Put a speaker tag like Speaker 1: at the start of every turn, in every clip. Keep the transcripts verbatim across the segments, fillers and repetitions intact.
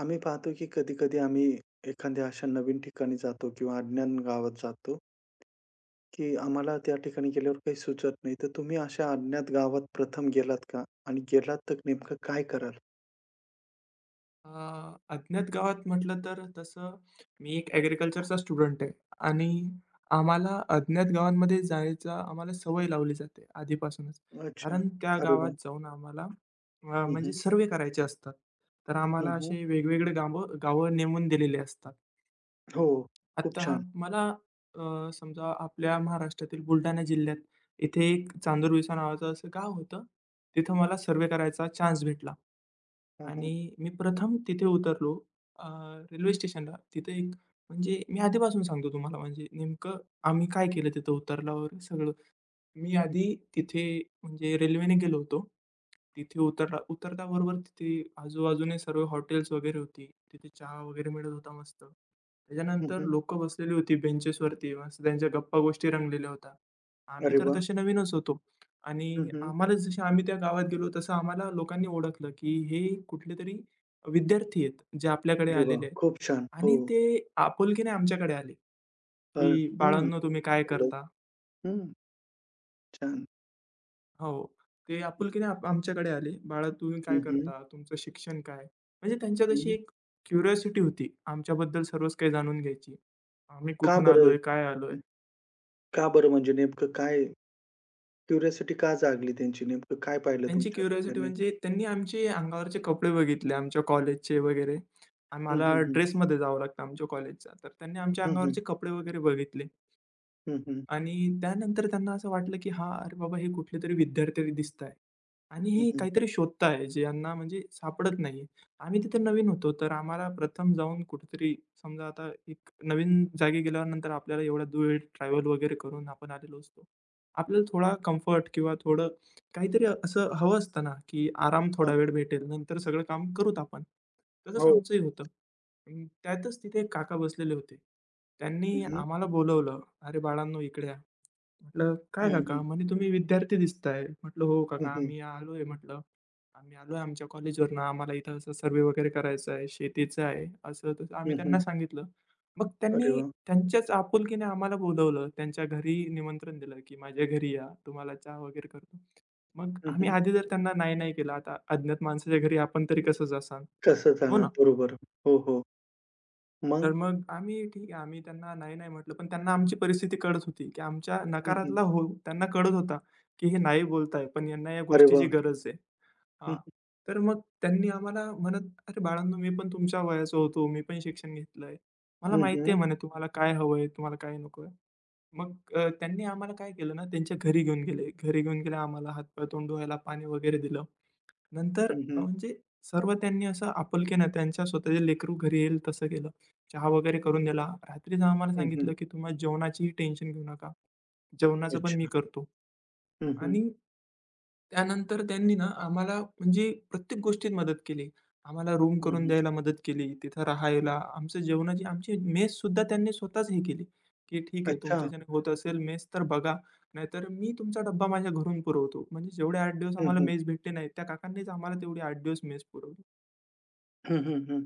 Speaker 1: आम्ही पाहतो की कधी-कधी आम्ही एखाद्या अशा नवीन ठिकाणी जातो किंवा अज्ञात गावात जातो, की आम्हाला त्या ठिकाणी गेल्यावर काही सुचत नाही. तर तुम्ही अशा अज्ञात गावात प्रथम गेलात का? आणि गेलात तर नेमकं काय कराल?
Speaker 2: अ, अज्ञात गावात म्हटलं तर तसं मी एक ॲग्रीकल्चरचा स्टुडंट आहे आणि आम्हाला अज्ञात गावांमध्ये जायचा आम्हाला सवय लावली जाते आधीपासूनच.
Speaker 1: अच्छा.
Speaker 2: कारण त्या
Speaker 1: अरे
Speaker 2: गावात
Speaker 1: वाह!
Speaker 2: जाऊन आम्हाला अ,
Speaker 1: हं,
Speaker 2: म्हणजे
Speaker 1: हं.
Speaker 2: सर्वे करायचे असतात. तर आम्हाला
Speaker 1: हं,
Speaker 2: असे वेगवेगळे गावं गावं नेमून दिलेले असतात.
Speaker 1: हो. खूप
Speaker 2: आता
Speaker 1: छान.
Speaker 2: मला अ, समजा आपल्या महाराष्ट्रातील बुलढाणा जिल्ह्यात इथे एक चांदूरविसा नावाचं असं गाव होतं. तिथं मला सर्वे करायचा चान्स भेटला.
Speaker 1: हं, हं.
Speaker 2: आणि मी प्रथम तिथे उतरलो अ, रेल्वे स्टेशनला. तिथे एक म्हणजे मी आधीपासून सांगतो तुम्हाला म्हणजे नेमकं आम्ही काय केलं तिथं उतरल्यावर सगळं. मी
Speaker 1: हं,
Speaker 2: आधी तिथे म्हणजे रेल्वेने गेलो होतो. तिथे उतरला उतरल्याबरोबर तिथे आजूबाजूने सर्व हॉटेल्स वगैरे होती. तिथे चहा वगैरे मिळत होता मस्त. त्याच्यानंतर लोकं बसलेली होती बेंचेसवरती. मस्त त्यांच्या गप्पा-गोष्टी रंगलेल्या होत्या. आम्ही
Speaker 1: अरे
Speaker 2: तर
Speaker 1: वाह!
Speaker 2: तसे नवीनच होतो
Speaker 1: हं,
Speaker 2: आणि
Speaker 1: हं.
Speaker 2: आम्हाला जसे आम्ही त्या गावात गेलो तसं आम्हाला लोकांनी ओळखलं, की हे कुठलेतरी विद्यार्थी आहेत, जे आपल्याकडे
Speaker 1: अरे
Speaker 2: आलेले
Speaker 1: वाह!
Speaker 2: आहेत
Speaker 1: खूप छान. हो.
Speaker 2: आणि ते आपुलकीने आमच्याकडे आले,
Speaker 1: अ,
Speaker 2: की
Speaker 1: हं.
Speaker 2: "बाळांनो तुम्ही काय
Speaker 1: झालं.
Speaker 2: करता?"
Speaker 1: हं. छान.
Speaker 2: हो. ते आपुलकीने आप आमच्याकडे आले, "बाळा तुम्ही काय
Speaker 1: हं, हं.
Speaker 2: करता? तुमचं शिक्षण काय?" म्हणजे त्यांच्यात अशी
Speaker 1: हं.
Speaker 2: एक क्युरिओसिटी होती आमच्याबद्दल सर्वच काही जाणून घ्यायची. आम्ही
Speaker 1: का
Speaker 2: कुठून
Speaker 1: बरं?
Speaker 2: आलोय, काय आलोय?
Speaker 1: का बरं म्हणजे नेमकं काय क्युरिओसिटी का जागली त्यांची? नेमकं काय पाहिलं
Speaker 2: त्यांची
Speaker 1: तुमच्यात
Speaker 2: क्युरिओसिटी
Speaker 1: त्यांनी?
Speaker 2: म्हणजे त्यांनी आमचे अंगावरचे कपडे बघितले, आमच्या कॉलेजचे वगैरे.
Speaker 1: हं,
Speaker 2: आम्हाला
Speaker 1: हं, हं.
Speaker 2: ड्रेसमध्ये जावं लागतं आमच्या कॉलेजचा. तर त्यांनी आमच्या
Speaker 1: हं, हं.
Speaker 2: अंगावरचे कपडे वगैरे बघितले.
Speaker 1: हं, हं.
Speaker 2: आणि त्यानंतर त्यांना असं वाटलं, की हा अरे बाबा हे कुठलेतरी विद्यार्थी दिसताय आणि
Speaker 1: हं,
Speaker 2: हे
Speaker 1: हं.
Speaker 2: काहीतरी शोधताय, जे यांना म्हणजे सापडत नाहीये. आम्ही तिथे नवीन होतो, तर आम्हाला प्रथम जाऊन कुठेतरी समजा आता एक नवीन जागी गेल्यानंतर आपल्याला एवढा दूर ट्रॅव्हल वगैरे करून आपण आलेलो असतो. आपल्याला थोडा कम्फर्ट किंवा थोडं काहीतरी असं हवं असतं ना, की आराम
Speaker 1: अ,
Speaker 2: थोडा वेळ भेटेल, नंतर सगळं काम करूत आपण. तसंच
Speaker 1: हो.
Speaker 2: आमचंही होतं. अं, त्यातच तिथे एक काका बसलेले होते.
Speaker 1: हं,
Speaker 2: त्यांनी
Speaker 1: हं.
Speaker 2: आम्हाला बोलावलं, "अरे बाळांनो इकडे या." म्हटलं,
Speaker 1: हं,
Speaker 2: "काय काका?"
Speaker 1: हं.
Speaker 2: म्हणे, "तुम्ही विद्यार्थी दिसताय." म्हटलं, "हो
Speaker 1: हं,
Speaker 2: काका,
Speaker 1: हं.
Speaker 2: आम्ही आलोय." म्हटलं, "आम्ही आलोय आमच्या कॉलेजवरनं. आम्हाला इथं असं सर्व्हे वगैरे करायचा आहे, शेतीचं आहे." असं तसं आम्ही
Speaker 1: हं,
Speaker 2: त्यांना
Speaker 1: हं.
Speaker 2: सांगितलं. मग
Speaker 1: अरे
Speaker 2: त्यांनी
Speaker 1: वाह!
Speaker 2: त्यांच्याच आपुलकीने आम्हाला बोलावलं. त्यांच्या घरी निमंत्रण दिलं, की "माझ्या घरी या, तुम्हाला चहा वगैरे करतो." मग
Speaker 1: हं,
Speaker 2: आम्ही
Speaker 1: हं.
Speaker 2: आधी जर त्यांना नाही-नाही केलं, आता अज्ञात माणसाच्या घरी आपण तरी कसं जाणार?
Speaker 1: कसं
Speaker 2: हो
Speaker 1: जाणार?
Speaker 2: ना?
Speaker 1: बरोबर. हो, हो.
Speaker 2: तर
Speaker 1: मग?
Speaker 2: मग आम्ही ठीक आहे, आम्ही त्यांना नाही-नाही म्हटलं, पण त्यांना आमची परिस्थिती कळत होती, की आमच्या
Speaker 1: हं, हं.
Speaker 2: नकारातला हो त्यांना कळत होता, की हे नाही बोलताय, पण यांना या
Speaker 1: अरे
Speaker 2: गोष्टीची
Speaker 1: वाह!
Speaker 2: गरज आहे.
Speaker 1: हं,
Speaker 2: हां,
Speaker 1: हं.
Speaker 2: तर मग त्यांनी आम्हाला म्हणत, "अरे बाळांनो, मी पण तुमच्या वयाचा होतो, मी पण शिक्षण घेतलंय. मला
Speaker 1: हं,
Speaker 2: माहिती आहे
Speaker 1: हं.
Speaker 2: म्हणे तुम्हाला काय हवंय, तुम्हाला काय नकोय." मग अ, त्यांनी आम्हाला काय केलं ना, त्यांच्या घरी घेऊन गेले. घरी घेऊन गेले, आम्हाला हात तोंड धुवायला पाणी वगैरे दिलं. नंतर
Speaker 1: हं,
Speaker 2: अ,
Speaker 1: हं.
Speaker 2: म्हणजे सर्व त्यांनी असं आपुलकीनं त्यांच्या स्वतःचे लेकरू घरी येईल तसं केलं. चहा वगैरे करून दिला. रात्रीच आम्हाला
Speaker 1: हं, हं.
Speaker 2: सांगितलं, की "तुम्हाला जेवणाचीही टेन्शन घेऊ नका. जेवणाचं पण मी
Speaker 1: अच्छा.
Speaker 2: करतो."
Speaker 1: हं, हं.
Speaker 2: आणि त्यानंतर त्यांनी ना आम्हाला म्हणजे प्रत्येक गोष्टीत मदत केली. आम्हाला रूम
Speaker 1: हं,
Speaker 2: करून
Speaker 1: हं.
Speaker 2: द्यायला मदत केली, तिथं राहायला, आमचं जेवणाची आमची मेस सुद्धा त्यांनी स्वतःच हे केली, की "ठीक आहे,
Speaker 1: अच्छा.
Speaker 2: तुमच्याच्याने होत असेल मेस तर बघा, नाहीतर मी तुमचा डब्बा माझ्या घरून पुरवतो." म्हणजे जेवढे आठ दिवस
Speaker 1: हं,
Speaker 2: आम्हाला
Speaker 1: हं.
Speaker 2: मेस भेटले नाही, त्या काकांनीच आम्हाला तेवढे आठ दिवस मेस पुरवली.
Speaker 1: हं, हं. हं.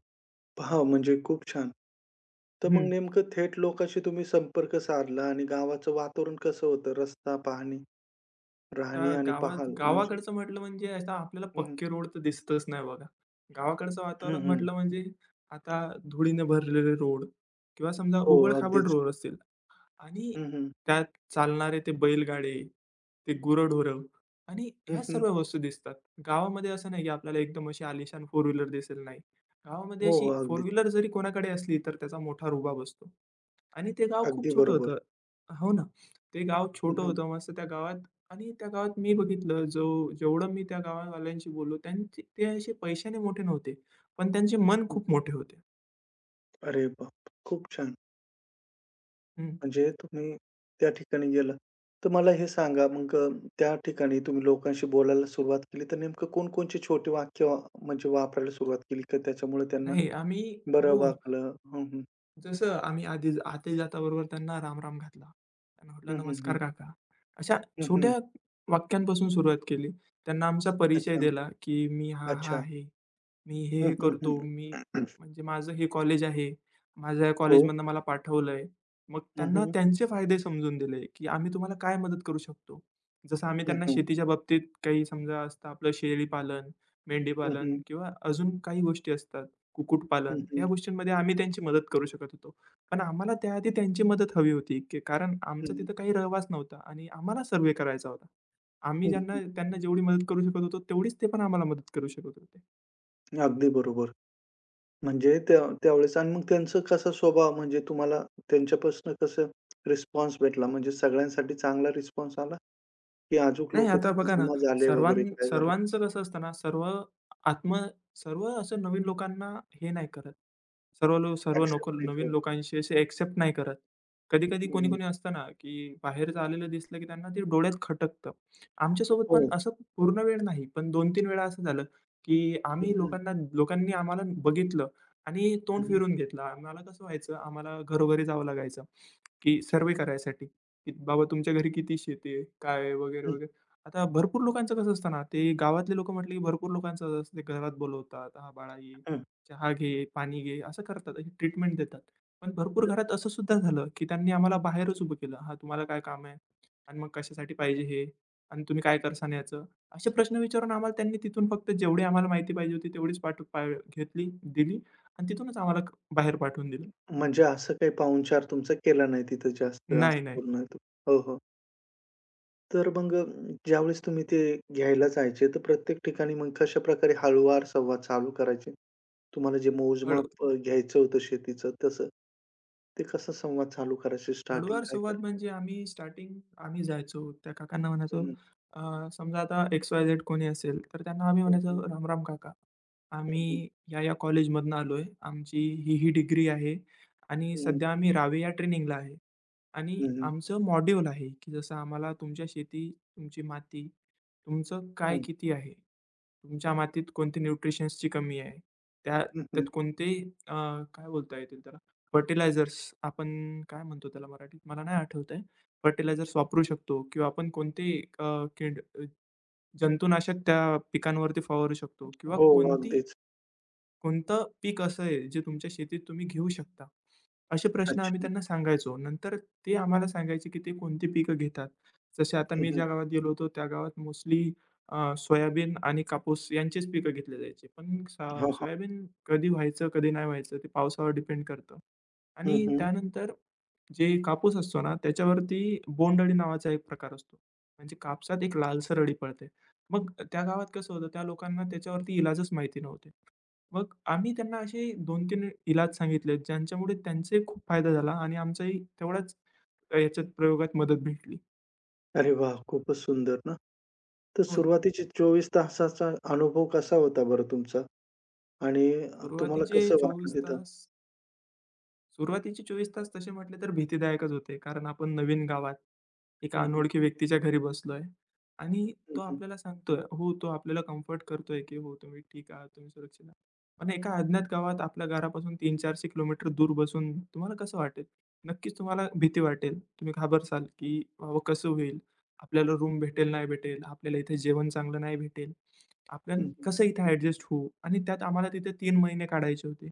Speaker 1: पहा म्हणजे खूप छान. तर मग
Speaker 2: हं.
Speaker 1: नेमकं थेट लोकांशी तुम्ही संपर्क साधला आणि गावाचं वातावरण कसं होतं? रस्ता, पाहणी,
Speaker 2: आता
Speaker 1: राहणी आणि
Speaker 2: गावात
Speaker 1: पहाल म्हणजे?
Speaker 2: गावाकडचं म्हटलं म्हणजे आता आपल्याला
Speaker 1: हं, हं.
Speaker 2: पक्के रोड तर दिसतच नाही बघा. गावाकडचं वातावरण
Speaker 1: हं, हं.
Speaker 2: म्हटलं म्हणजे आता धुळीने भरलेले रोड किंवा समजा
Speaker 1: हो,
Speaker 2: उबड-खाबड
Speaker 1: अगदीच.
Speaker 2: रोड असतील. आणि
Speaker 1: हं, हं.
Speaker 2: त्यात चालणारे ते बैलगाडे, ते गुरंढोरं आणि
Speaker 1: हं,
Speaker 2: ह्या
Speaker 1: हं.
Speaker 2: सर्व वस्तू दिसतात. गावामध्ये असं नाही, की आपल्याला एकदम अशी आलिशान फोर व्हीलर दिसेल, नाही. गावामध्ये
Speaker 1: हो,
Speaker 2: अशी
Speaker 1: हो.
Speaker 2: फोर
Speaker 1: अगदीच.
Speaker 2: व्हीलर जरी कोणाकडे असली, तर त्याचा मोठा रुबाब असतो. आणि ते गाव खूप
Speaker 1: अगदी
Speaker 2: छोटं होतं.
Speaker 1: बरोबर.
Speaker 2: हो ना. ते गाव
Speaker 1: हं,
Speaker 2: छोटं
Speaker 1: हं.
Speaker 2: होतं मस्त त्या गावात आणि त्या गावात मी बघितलं, जो जेवढं मी त्या गावावाल्यांशी बोललो, त्यांचे ते असे पैशाने मोठे नव्हते, पण त्यांचे मन
Speaker 1: हं,
Speaker 2: खूप
Speaker 1: हं.
Speaker 2: मोठे होते.
Speaker 1: अरे बाप! खूप छान.
Speaker 2: हं.
Speaker 1: म्हणजे तुम्ही त्या ठिकाणी गेलात. तर मला हे सांगा मग अ, त्या ठिकाणी तुम्ही लोकांशी बोलायला सुरुवात केली, तर नेमकं कोणकोणचे छोटे वाक्य वा म्हणजे वापरायला सुरुवात केली, की त्याच्यामुळे त्यांना
Speaker 2: नाही, आम्ही
Speaker 1: बरं
Speaker 2: हो.
Speaker 1: वाटलं? हं, हं.
Speaker 2: जसं आम्ही आधी आते जाताबरोबर त्यांना राम-राम घातला. त्यांना म्हटलं,
Speaker 1: हं, हं, हं.
Speaker 2: "नमस्कार काका." अशा
Speaker 1: हं, हं.
Speaker 2: छोट्या वाक्यांपासून सुरुवात केली. त्यांना आमचा परिचय
Speaker 1: अच्छा,
Speaker 2: दिला, की मी हा-हा
Speaker 1: अच्छा.
Speaker 2: आहे. मी हे-हे
Speaker 1: हं, हं,
Speaker 2: करतो. मी
Speaker 1: हं.
Speaker 2: म्हणजे माझं हे कॉलेज आहे. माझ्या या
Speaker 1: हो.
Speaker 2: कॉलेजमधनं मला पाठवलंय. मग
Speaker 1: हं,
Speaker 2: त्यांना
Speaker 1: हं.
Speaker 2: त्यांचे फायदे समजून दिले, की आम्ही तुम्हाला काय मदत करू शकतो. जसं आम्ही
Speaker 1: हं,
Speaker 2: त्यांना
Speaker 1: हं.
Speaker 2: शेतीच्या बाबतीत काही समजा असतं आपलं शेळी पालन
Speaker 1: हं,
Speaker 2: मेंढीपालन
Speaker 1: हं.
Speaker 2: किंवा अजून काही गोष्टी असतात,
Speaker 1: हं,
Speaker 2: कुक्कुटपालन या
Speaker 1: हं.
Speaker 2: गोष्टींमध्ये आम्ही त्यांची मदत करू शकत होतो. पण आम्हाला त्याआधी त्यांची मदत हवी होती, की कारण
Speaker 1: हं,
Speaker 2: आमचा
Speaker 1: हं.
Speaker 2: तिथं काही रहवास नव्हता आणि आम्हाला सर्व्हे करायचा होता. आम्ही
Speaker 1: हं,
Speaker 2: ज्यांना
Speaker 1: हं.
Speaker 2: त्यांना जेवढी मदत करू शकत होतो, तेवढीच ते पण आम्हाला मदत करू शकत होते.
Speaker 1: अगदी बरोबर. म्हणजे त्या त्यावेळेस आणि मग त्यांचं कसा स्वभाव म्हणजे तुम्हाला त्यांच्यापासून कसं रिस्पॉन्स भेटला? म्हणजे सगळ्यांसाठी चांगला रिस्पॉन्स आला, की अजूक
Speaker 2: नाही,
Speaker 1: लोकं
Speaker 2: आता
Speaker 1: तिथे
Speaker 2: बघा ना,
Speaker 1: जमा झाले
Speaker 2: सर्वां
Speaker 1: वगैरे काय झालं?
Speaker 2: सर्वांचं कसं असतं ना, सर्व आत्म सर्व असं नवीन लोकांना हे नाही करत. सर्व लो सर्व लोक
Speaker 1: एक्सेप्ट नाही
Speaker 2: नवीन
Speaker 1: करत.
Speaker 2: लोकांशी असे एक्सेप्ट नाही करत. कधी-कधी
Speaker 1: हं, हं, हं.
Speaker 2: कोणी-कोणी असतं ना, की बाहेरचं आलेलं दिसलं, की त्यांना ते डोळ्यात खटकतं. आमच्यासोबत पण
Speaker 1: हो.
Speaker 2: असं पूर्ण वेळ नाही, पण दोन तीन वेळा असं झालं, की
Speaker 1: हं,
Speaker 2: आम्ही
Speaker 1: हं.
Speaker 2: लोकांना लोकांनी आम्हाला बघितलं आणि
Speaker 1: हं,
Speaker 2: तोंड
Speaker 1: हं.
Speaker 2: फिरून घेतलं. आम्हाला कसं व्हायचं, आम्हाला घरोघरी जावं लागायचं, की
Speaker 1: हं,
Speaker 2: सर्व्हे करायसाठी, की "बाबा तुमच्या घरी किती शेती आहे? काय आहे?" वगैरे,
Speaker 1: हं.
Speaker 2: वगैरे. आता भरपूर लोकांचं कसं असतं ना, ते गावातले लोकं म्हटले की भरपूर लोकांचं असं असतं, ते घरात बोलवतात, "हां, बाळा ये,
Speaker 1: हं, हं.
Speaker 2: चहा घे, पाणी घे," असं करतात, अशी ट्रीटमेंट देतात. पण भरपूर घरात असं सुद्धा झालं, की त्यांनी आम्हाला बाहेरच उभं केलं. "हां, तुम्हाला काय काम आहे? आणि मग कशासाठी पाहिजे हे? आणि तुम्ही काय करसान याचं?" असे प्रश्न विचारून आम्हाला त्यांनी तिथून फक्त जेवढी आम्हाला माहिती पाहिजे होती तेवढीच पाठ पा घेतली, दिली आणि तिथूनच आम्हाला क बाहेर पाठवून दिलं.
Speaker 1: म्हणजे असं काही पाहुणचार तुमचा केला नाही तिथं जास्त
Speaker 2: नाही,
Speaker 1: असं
Speaker 2: नाही,
Speaker 1: पूर्ण. हो, हो. तर मग अ, ज्यावेळेस तुम्ही ते घ्यायला जायचे, तर प्रत्येक ठिकाणी मग कशाप्रकारे हळूवार संवाद चालू करायचे? तुम्हाला जे
Speaker 2: हळू.
Speaker 1: मोजमाप अ, घ्यायचं होतं शेतीचं तसं, ते कसं संवाद चालू करायचे? स्टार्टिंग
Speaker 2: हळूवार
Speaker 1: काय
Speaker 2: संवाद
Speaker 1: करायचे?
Speaker 2: म्हणजे आम्ही स्टार्टिंग आम्ही जायचो, त्या काकांना
Speaker 1: हं,
Speaker 2: म्हणायचो
Speaker 1: हं.
Speaker 2: अ, समजा आता एक्स-वाय-झेड कोणी असेल, तर त्यांना आम्ही
Speaker 1: हं, हं.
Speaker 2: म्हणायचो, राम काका,
Speaker 1: हं, हं.
Speaker 2: आम्ही या-या कॉलेजमधून आलोय. आमची ही-ही डिग्री आहे आणि
Speaker 1: हं, हं.
Speaker 2: सध्या आम्ही रावे या ट्रेनिंगला आहे आणि आमचं मॉड्यूल आहे, की जसं आम्हाला तुमच्या शेती, तुमची माती, तुमचं काय किती आहे?" तुमच्या मातीत कोणती न्यूट्रिशन्सची कमी आहे. त्या त्यात कोणते अ, काय बोलता येतील त्याला फर्टिलायझर्स आपण काय म्हणतो त्याला मराठीत? मला नाही आठवत आहे. फर्टिलायझर्स वापरू शकतो किंवा आपण कोणते अ, कीड अ, जंतुनाशक त्या पिकांवरती फवारू शकतो किंवा
Speaker 1: हो,
Speaker 2: कोणती
Speaker 1: अगदीच.
Speaker 2: कोणतं पीक असं आहे जे तुमच्या शेतीत तुम्ही घेऊ शकता? असे प्रश्न आम्ही
Speaker 1: अच्छा.
Speaker 2: त्यांना सांगायचो. नंतर ते आम्हाला सांगायचे, की ते कोणती पिकं घेतात. जसे आता
Speaker 1: हं,
Speaker 2: मी
Speaker 1: हं.
Speaker 2: ज्या गावात गेलो होतो, त्या गावात मोस्टली अ, सोयाबीन आणि कापूस यांचीच पिकं घेतली जायची. पण सा
Speaker 1: हां, हां.
Speaker 2: सोयाबीन कधी व्हायचं, कधी नाही व्हायचं ते पावसावर डिपेंड करतं. आणि
Speaker 1: हं, हं.
Speaker 2: त्यानंतर जे कापूस असतो ना, त्याच्यावरती बोंडअळी नावाचा एक प्रकार असतो. म्हणजे कापसात एक लालसर अळी पडते. मग त्या गावात कसं होतं, त्या लोकांना त्याच्यावरती इलाजच माहिती नव्हते. मग आम्ही त्यांना असे दोन तीन इलाज सांगितलेत, ज्यांच्यामुळे त्यांचाही खूप फायदा झाला आणि आमचाही तेवढाच अ, याच्यात प्रयोगात मदत भेटली.
Speaker 1: अरे वाह! खूपच सुंदर ना. तर
Speaker 2: हो ना.
Speaker 1: सुरुवातीचे चोवीस तासाचा अनुभव कसा होता बरं तुमचा? आणि तुम्हाला
Speaker 2: सुरुवातीचे
Speaker 1: कसं
Speaker 2: 24
Speaker 1: वाटलं तिथं?
Speaker 2: तास सुरुवातीचे 24 तास तसे म्हटले तर भीतीदायकच होते. कारण आपण नवीन गावात, एका
Speaker 1: हं, हं.
Speaker 2: अनोळखी व्यक्तीच्या घरी बसलोय आणि तो
Speaker 1: हं,
Speaker 2: आपल्याला सांगतोय, हो, तो आपल्याला कम्फर्ट करतोय, की हो, तुम्ही ठीक आहात, तुम्ही सुरक्षित आहात. पण एका अज्ञात गावात आपल्या घरापासून तीनशे चारशे किलोमीटर दूर बसून तुम्हाला कसं वाटेल? नक्कीच तुम्हाला भीती वाटेल. तुम्ही घाबरसाल, की बाबा कसं होईल? आपल्याला रूम भेटेल, नाही भेटेल? आपल्याला इथे जेवण चांगलं नाही भेटेल? आपण
Speaker 1: हं, हं.
Speaker 2: कसं इथे ॲडजस्ट होऊ? आणि त्यात आम्हाला तिथे तीन महिने काढायचे होते.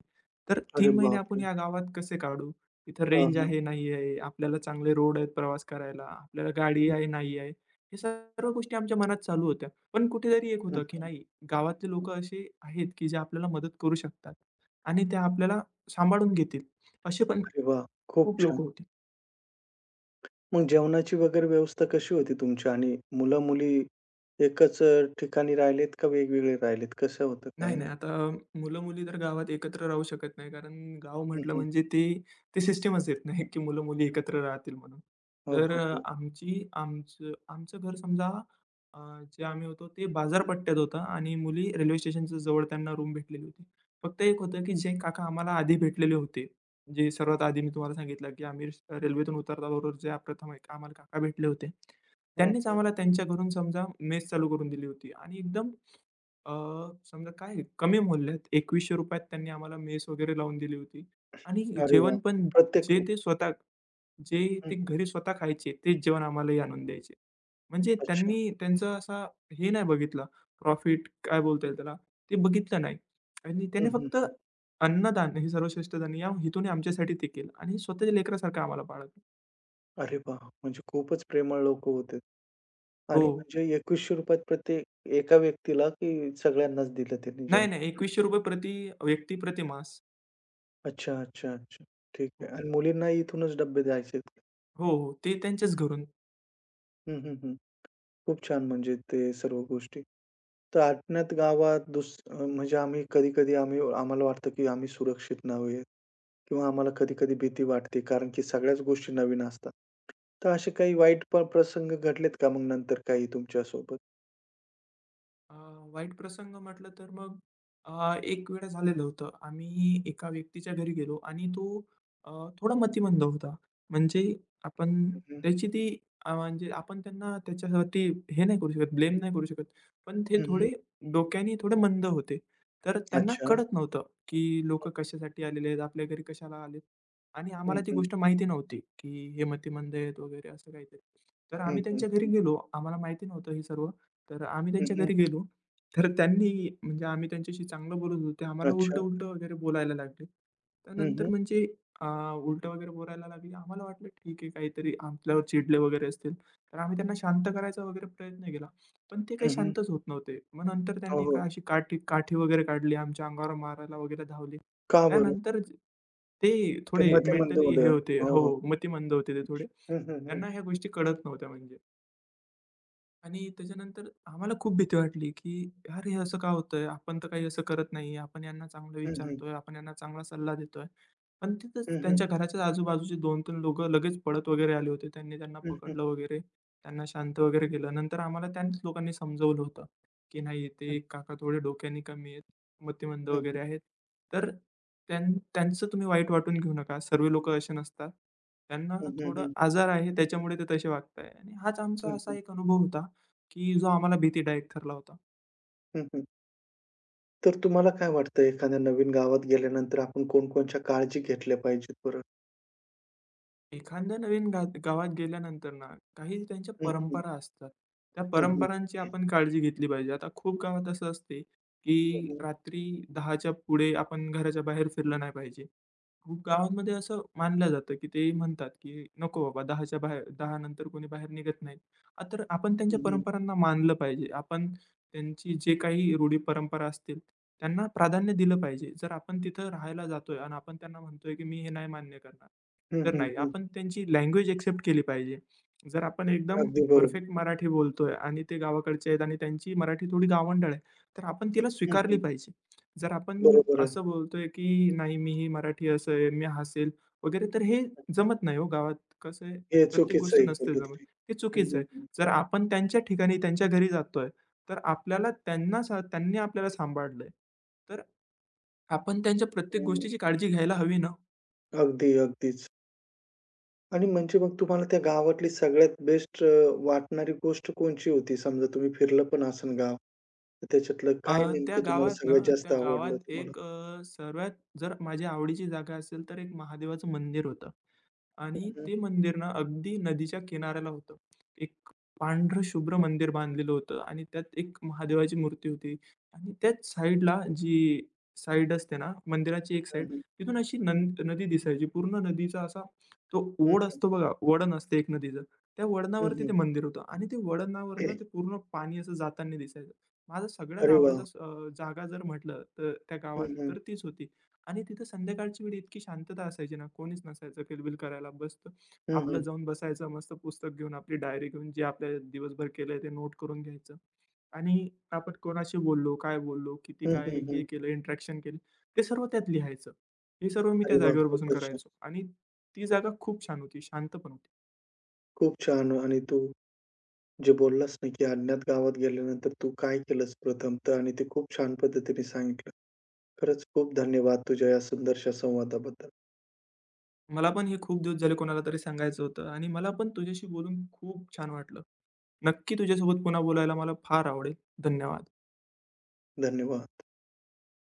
Speaker 2: तर
Speaker 1: अरे
Speaker 2: तीन महिने आपण
Speaker 1: बापरे!
Speaker 2: या गावात कसे काढू? इथं
Speaker 1: हां,
Speaker 2: रेंज
Speaker 1: हां.
Speaker 2: आहे, नाही आहे, आपल्याला चांगले रोड आहेत प्रवास करायला, आपल्याला गाडी आहे, नाही आहे. हे सर्व गोष्टी आमच्या मनात चालू होत्या. पण कुठेतरी एक
Speaker 1: हं,
Speaker 2: होतं, की
Speaker 1: हं.
Speaker 2: नाही गावातले लोकं असे आहेत, की जे आपल्याला मदत करू शकतात आणि ते आपल्याला सांभाळून घेतील, असे पण
Speaker 1: अरे वाह! खूप
Speaker 2: खूप लोकं
Speaker 1: छान.
Speaker 2: होते.
Speaker 1: मग जेवणाची वगैरे व्यवस्था कशी होती तुमची आणि मुलं-मुली एकच अ, ठिकाणी राहिलेत का वेगवेगळे राहिलेत? कसं होतं?
Speaker 2: नाही,
Speaker 1: काय
Speaker 2: नाही.
Speaker 1: होतं?
Speaker 2: आता मुलं-मुली तर गावात एकत्र राहू शकत नाही. कारण गाव
Speaker 1: हं,
Speaker 2: म्हटलं
Speaker 1: हं.
Speaker 2: म्हणजे ते ते सिस्टमच येत नाही, की मुलं-मुली एकत्र राहतील म्हणून.
Speaker 1: हो,
Speaker 2: तर
Speaker 1: हो,
Speaker 2: अ,
Speaker 1: हो.
Speaker 2: आमची आमचं आमचं घर समजा अ, जे आम्ही होतो ते बाजारपट्ट्यात होतं आणि मुली रेल्वे स्टेशनच्या जवळ त्यांना रूम भेटलेली होती. फक्त एक होतं, की जे काका आम्हाला आधी भेटलेले होते, जे सर्वात आधी मी तुम्हाला सांगितलं, की आम्ही रेल्वेतून उतरल्याबरोबर जे प्रथम एक आम्हाला काका भेटले होते.
Speaker 1: हं,
Speaker 2: त्यांनीच
Speaker 1: हं.
Speaker 2: आम्हाला त्यांच्या घरून समजा मेस चालू करून दिली होती आणि एकदम अ, समजा काय कमी मूल्यात ₹एकवीसशे त त्यांनी आम्हाला मेस वगैरे लावून दिली होती आणि
Speaker 1: अरे वाह!
Speaker 2: जेवण पण
Speaker 1: प्रत्येक
Speaker 2: जे ते स्वतः जे
Speaker 1: हं,
Speaker 2: ते
Speaker 1: हं.
Speaker 2: घरी स्वतः खायचे तेच जेवण आम्हालाही आणून द्यायचे. म्हणजे
Speaker 1: अच्छा.
Speaker 2: त्यांनी त्यांचा असा हे नाही बघितला प्रॉफिट काय बोलता येईल त्याला ते बघितलं नाही आणि त्याने
Speaker 1: हं, हं,
Speaker 2: फक्त
Speaker 1: हं.
Speaker 2: अन्नदान हे सर्वश्रेष्ठ दान या हेतूने आमच्यासाठी ते केलं आणि स्वतःच्या लेकरासारखं आम्हाला पाळलं.
Speaker 1: अरे वाह! म्हणजे खूपच प्रेमळ लोकं होते.
Speaker 2: हो.
Speaker 1: आणि म्हणजे ₹एकवीसशे प्रत्येक एका व्यक्तीला की सगळ्यांनाच दिलं त्यांनी
Speaker 2: नाही,
Speaker 1: जेवण?
Speaker 2: नाही ₹एकवीसशे प्रति व्यक्ती प्रति मास.
Speaker 1: अच्छा, अच्छा, अच्छा. ठीक आहे.
Speaker 2: हो,
Speaker 1: आणि मुलींनाही इथूनच डब्बे द्यायचेत?
Speaker 2: हो. हो. ते त्यांच्याच घरून.
Speaker 1: हं, हं, हं. खूप छान म्हणजे ते सर्व गोष्टी. तर अज्ञात गावात दुस अ, म्हणजे आम्ही कधी-कधी आम्ही आम्हाला वाटतं, की आम्ही सुरक्षित नाहीये किंवा आम्हाला कधी-कधी भीती वाटते कारण की सगळ्याच गोष्टी नवीन असतात. तर असे काही वाईट प प्रसंग घडलेत का मग नंतर काही तुमच्यासोबत?
Speaker 2: अ, वाईट प्रसंग म्हटलं तर मग अ, एक वेळा झालेलं होतं. आम्ही एका व्यक्तीच्या घरी गेलो आणि तो अ, थोडा मतिमंद होता. म्हणजे आपण
Speaker 1: हं, हं.
Speaker 2: त्याची ती अ, म्हणजे आपण त्यांना त्याच्यासाठी हे नाही करू शकत, ब्लेम नाही करू शकत. पण ते
Speaker 1: हं, हं.
Speaker 2: थोडे डोक्याने थोडे मंद होते. तर त्यांना
Speaker 1: अच्छा.
Speaker 2: कळत नव्हतं, की लोकं कशासाठी आलेले आहेत, आपल्या घरी कशाला आलेत आणि
Speaker 1: हं,
Speaker 2: आम्हाला
Speaker 1: हं,
Speaker 2: ती
Speaker 1: हं.
Speaker 2: गोष्ट माहिती नव्हती, की हे मतिमंद आहेत वगैरे असं काहीतरी. तर
Speaker 1: हं,
Speaker 2: आम्ही
Speaker 1: हं,
Speaker 2: त्यांच्या घरी
Speaker 1: हं.
Speaker 2: गेलो. आम्हाला माहिती नव्हतं हे सर्व. तर आम्ही त्यांच्या घरी गेलो. तर त्यांनी म्हणजे आम्ही त्यांच्याशी चांगलं बोलत होतो. ते आम्हाला
Speaker 1: अच्छा.
Speaker 2: उलटं-उलटं वगैरे बोलायला लागले.
Speaker 1: हं,
Speaker 2: त्यानंतर
Speaker 1: हं.
Speaker 2: म्हणजे अ, उलटं वगैरे बोलायला लागले. आम्हाला वाटलं ठीक आहे काहीतरी आपल्यावर चिडले वगैरे असतील. तर आम्ही त्यांना शांत करायचा वगैरे प्रयत्न केला. पण ते काही
Speaker 1: हं, हं.
Speaker 2: शांतच होत नव्हते. मग नंतर
Speaker 1: हो,
Speaker 2: त्यांनी का
Speaker 1: हो.
Speaker 2: अशी काठी काठी वगैरे काढली. आमच्या अंगावर मारायला वगैरे धावले.
Speaker 1: का बरं?
Speaker 2: त्यानंतर ज- ते
Speaker 1: ते
Speaker 2: थोडे
Speaker 1: मते मंद
Speaker 2: मेंटली हे
Speaker 1: उडलं.
Speaker 2: होते
Speaker 1: हो,
Speaker 2: हो,
Speaker 1: हो.
Speaker 2: मतिमंद होते ते थोडे.
Speaker 1: हं, हं, हं.
Speaker 2: त्यांना ह्या गोष्टी कळत नव्हत्या म्हणजे. आणि त्याच्यानंतर आम्हाला खूप भीती वाटली, की "यार, हे असं का होतंय? आपण तर काही असं करत नाहीये. आपण यांना चांगलं
Speaker 1: हं, हं.
Speaker 2: विचारतोय, आपण यांना चांगला सल्ला देतोय." पण तिथेच
Speaker 1: हं, हं.
Speaker 2: त्यांच्या घराच्याच आजूबाजूचे दोन-तीन लोकं लगेच पळत वगैरे आले होते. त्यांनी त्यांना
Speaker 1: हं, हं.
Speaker 2: पकडलं वगैरे, त्यांना शांत वगैरे केलं. नंतर आम्हाला त्याच लोकांनी समजवलं होतं, की "नाही
Speaker 1: हं, हं.
Speaker 2: ते काका थोडे डोक्याने कमी आहेत, मतिमंद
Speaker 1: हं.
Speaker 2: वगैरे आहेत. तर त्यां त्यांचं तुम्ही वाईट वाटून घेऊ नका. सर्व लोकं असे नसतात. त्यांना
Speaker 1: हं, हं,
Speaker 2: थोडं
Speaker 1: हं.
Speaker 2: आजार आहे त्याच्यामुळे ते तसे वागताय." आणि हाच आमचा
Speaker 1: हं,
Speaker 2: असा
Speaker 1: हं.
Speaker 2: एक अनुभव होता, की जो आम्हाला भीतीदायक ठरला होता.
Speaker 1: हं, हं. तर तुम्हाला काय वाटतं एखाद्या नवीन गावात गेल्यानंतर आपण कोणकोणत्या काळजी घेतल्या पाहिजेत बरं?
Speaker 2: एखाद्या नवीन गा गावात गेल्यानंतर ना, काही त्यांच्या
Speaker 1: हं, हं.
Speaker 2: परंपरा असतात. त्या
Speaker 1: हं, हं.
Speaker 2: परंपरांची आपण काळजी घेतली पाहिजे. आता खूप गावात असं असते,
Speaker 1: हं,
Speaker 2: की
Speaker 1: हं.
Speaker 2: रात्री दहाच्या पुढे आपण घराच्या बाहेर फिरलं नाही पाहिजे. खूप गावांमध्ये असं मानलं जातं, की ते म्हणतात, की "नको बाबा दहाच्या बाहेर दहा नंतर कोणी बाहेर निघत नाही." आ, तर आपण त्यांच्या
Speaker 1: हं, हं.
Speaker 2: परंपरांना मानलं पाहिजे. आपण त्यांची जे काही रूढी परंपरा असतील, त्यांना प्राधान्य दिलं पाहिजे. जर आपण तिथं राहायला जातोय आणि आपण त्यांना म्हणतोय, की "मी हे नाही मान्य करणार."
Speaker 1: हं,
Speaker 2: तर
Speaker 1: हं,
Speaker 2: नाही.
Speaker 1: हं.
Speaker 2: आपण त्यांची लँग्वेज एक्सेप्ट केली पाहिजे. जर आपण एकदम
Speaker 1: अगदी बरोबर.
Speaker 2: परफेक्ट मराठी बोलतोय आणि ते गावाकडचे आहेत आणि त्यांची मराठी थोडी गावंढळ आहे, तर आपण तिला
Speaker 1: हं,
Speaker 2: स्वीकारली
Speaker 1: हं.
Speaker 2: पाहिजे. जर आपण
Speaker 1: बरोबर आहे.
Speaker 2: असं बोलतोय, की नाही मी ही मराठी असं आहे, मी हसेल वगैरे, तर हे जमत नाही हो गावात. कसं आहे,
Speaker 1: हे
Speaker 2: प्रत्येक
Speaker 1: चुकीचं
Speaker 2: गोष्ट
Speaker 1: आहे
Speaker 2: नसते
Speaker 1: कुठलं
Speaker 2: जमत.
Speaker 1: तरी.
Speaker 2: हे
Speaker 1: हं,
Speaker 2: चुकीचं
Speaker 1: हं,
Speaker 2: आहे.
Speaker 1: हं.
Speaker 2: जर आपण त्यांच्या ठिकाणी, त्यांच्या घरी जातोय, तर आपल्याला त्यांना सा त्यांनी आपल्याला सांभाळलंय, तर आपण त्यांच्या प्रत्येक
Speaker 1: हं.
Speaker 2: गोष्टीची काळजी घ्यायला हवी ना.
Speaker 1: अगदी, अगदीच. आणि म्हणजे मग तुम्हाला त्या गावातली सगळ्यात बेस्ट अ, वाटणारी गोष्ट कोणची होती? समजा तुम्ही फिरलं पण असेल गाव, तर त्याच्यातलं
Speaker 2: अ,
Speaker 1: काय
Speaker 2: त्या
Speaker 1: नेमकं तुम्हाला
Speaker 2: गावात ना,
Speaker 1: सगळ्यात
Speaker 2: त्या
Speaker 1: जास्त
Speaker 2: गावात
Speaker 1: आवडलं तुम्हाला?
Speaker 2: एक अ, सर्वात जर माझ्या आवडीची जागा असेल, तर एक महादेवाचं मंदिर होतं.
Speaker 1: हं,
Speaker 2: आणि
Speaker 1: हं.
Speaker 2: ते मंदिर ना अगदी नदीच्या किनाऱ्याला होतं. एक पांढरं शुभ्र मंदिर बांधलेलं होतं आणि त्यात एक महादेवाची मूर्ती होती आणि त्याच साईडला जी साईड असते ना, मंदिराची एक
Speaker 1: हं,
Speaker 2: साईड,
Speaker 1: हं.
Speaker 2: तिथून अशी नंद नदी दिसायची. पूर्ण नदीचा असा तो
Speaker 1: हं,
Speaker 2: ओढ
Speaker 1: हं.
Speaker 2: असतो बघा, वळण असते एक नदीचं. त्या वळणावरती ते
Speaker 1: हं,
Speaker 2: मंदिर होतं आणि ते वळणावरनं
Speaker 1: हं.
Speaker 2: ते पूर्ण पाणी असं जाताना दिसायचं. माझा सगळ्यात
Speaker 1: अरे
Speaker 2: आवडता
Speaker 1: वाह!
Speaker 2: अ, जागा जर म्हटलं तर त्या गावात,
Speaker 1: हं, हं.
Speaker 2: तर तीच होती. आणि तिथं संध्याकाळची वेळ इतकी शांतता असायची ना, कोणीच नसायचं किलबिल करायला. मस्त
Speaker 1: हं,
Speaker 2: आपलं
Speaker 1: हं.
Speaker 2: जाऊन बसायचं, मस्त पुस्तक घेऊन, आपली डायरी घेऊन, जे आपल्या दिवसभर केलंय ते नोट करून घ्यायचं. आणि आपण कोणाशी बोललो, काय बोललो, किती
Speaker 1: हं,
Speaker 2: काय
Speaker 1: हं,
Speaker 2: हे
Speaker 1: हं.
Speaker 2: केलं, इंटरॅक्शन केली, ते सर्व त्यात लिहायचं. हे सर्व मी त्या
Speaker 1: अरे वाह!
Speaker 2: जागेवर बसून
Speaker 1: खूपच छान.
Speaker 2: करायचो आणि ती जागा खूप छान होती, शांत पण होती.
Speaker 1: खूप छान आणि तू जे बोललास ना, की अज्ञात गावात गेल्यानंतर तू काय केलंस प्रथमतः आणि ते खूप छान पद्धतीने सांगितलं. खरंच खूप धन्यवाद तुझ्या या सुंदरशा संवादाबद्दल.
Speaker 2: मला पण हे खूप दिवस झाले कोणाला तरी सांगायचं होतं आणि मला पण तुझ्याशी बोलून खूप छान वाटलं. नक्की तुझ्यासोबत पुन्हा बोलायला मला फार आवडेल. धन्यवाद.
Speaker 1: धन्यवाद.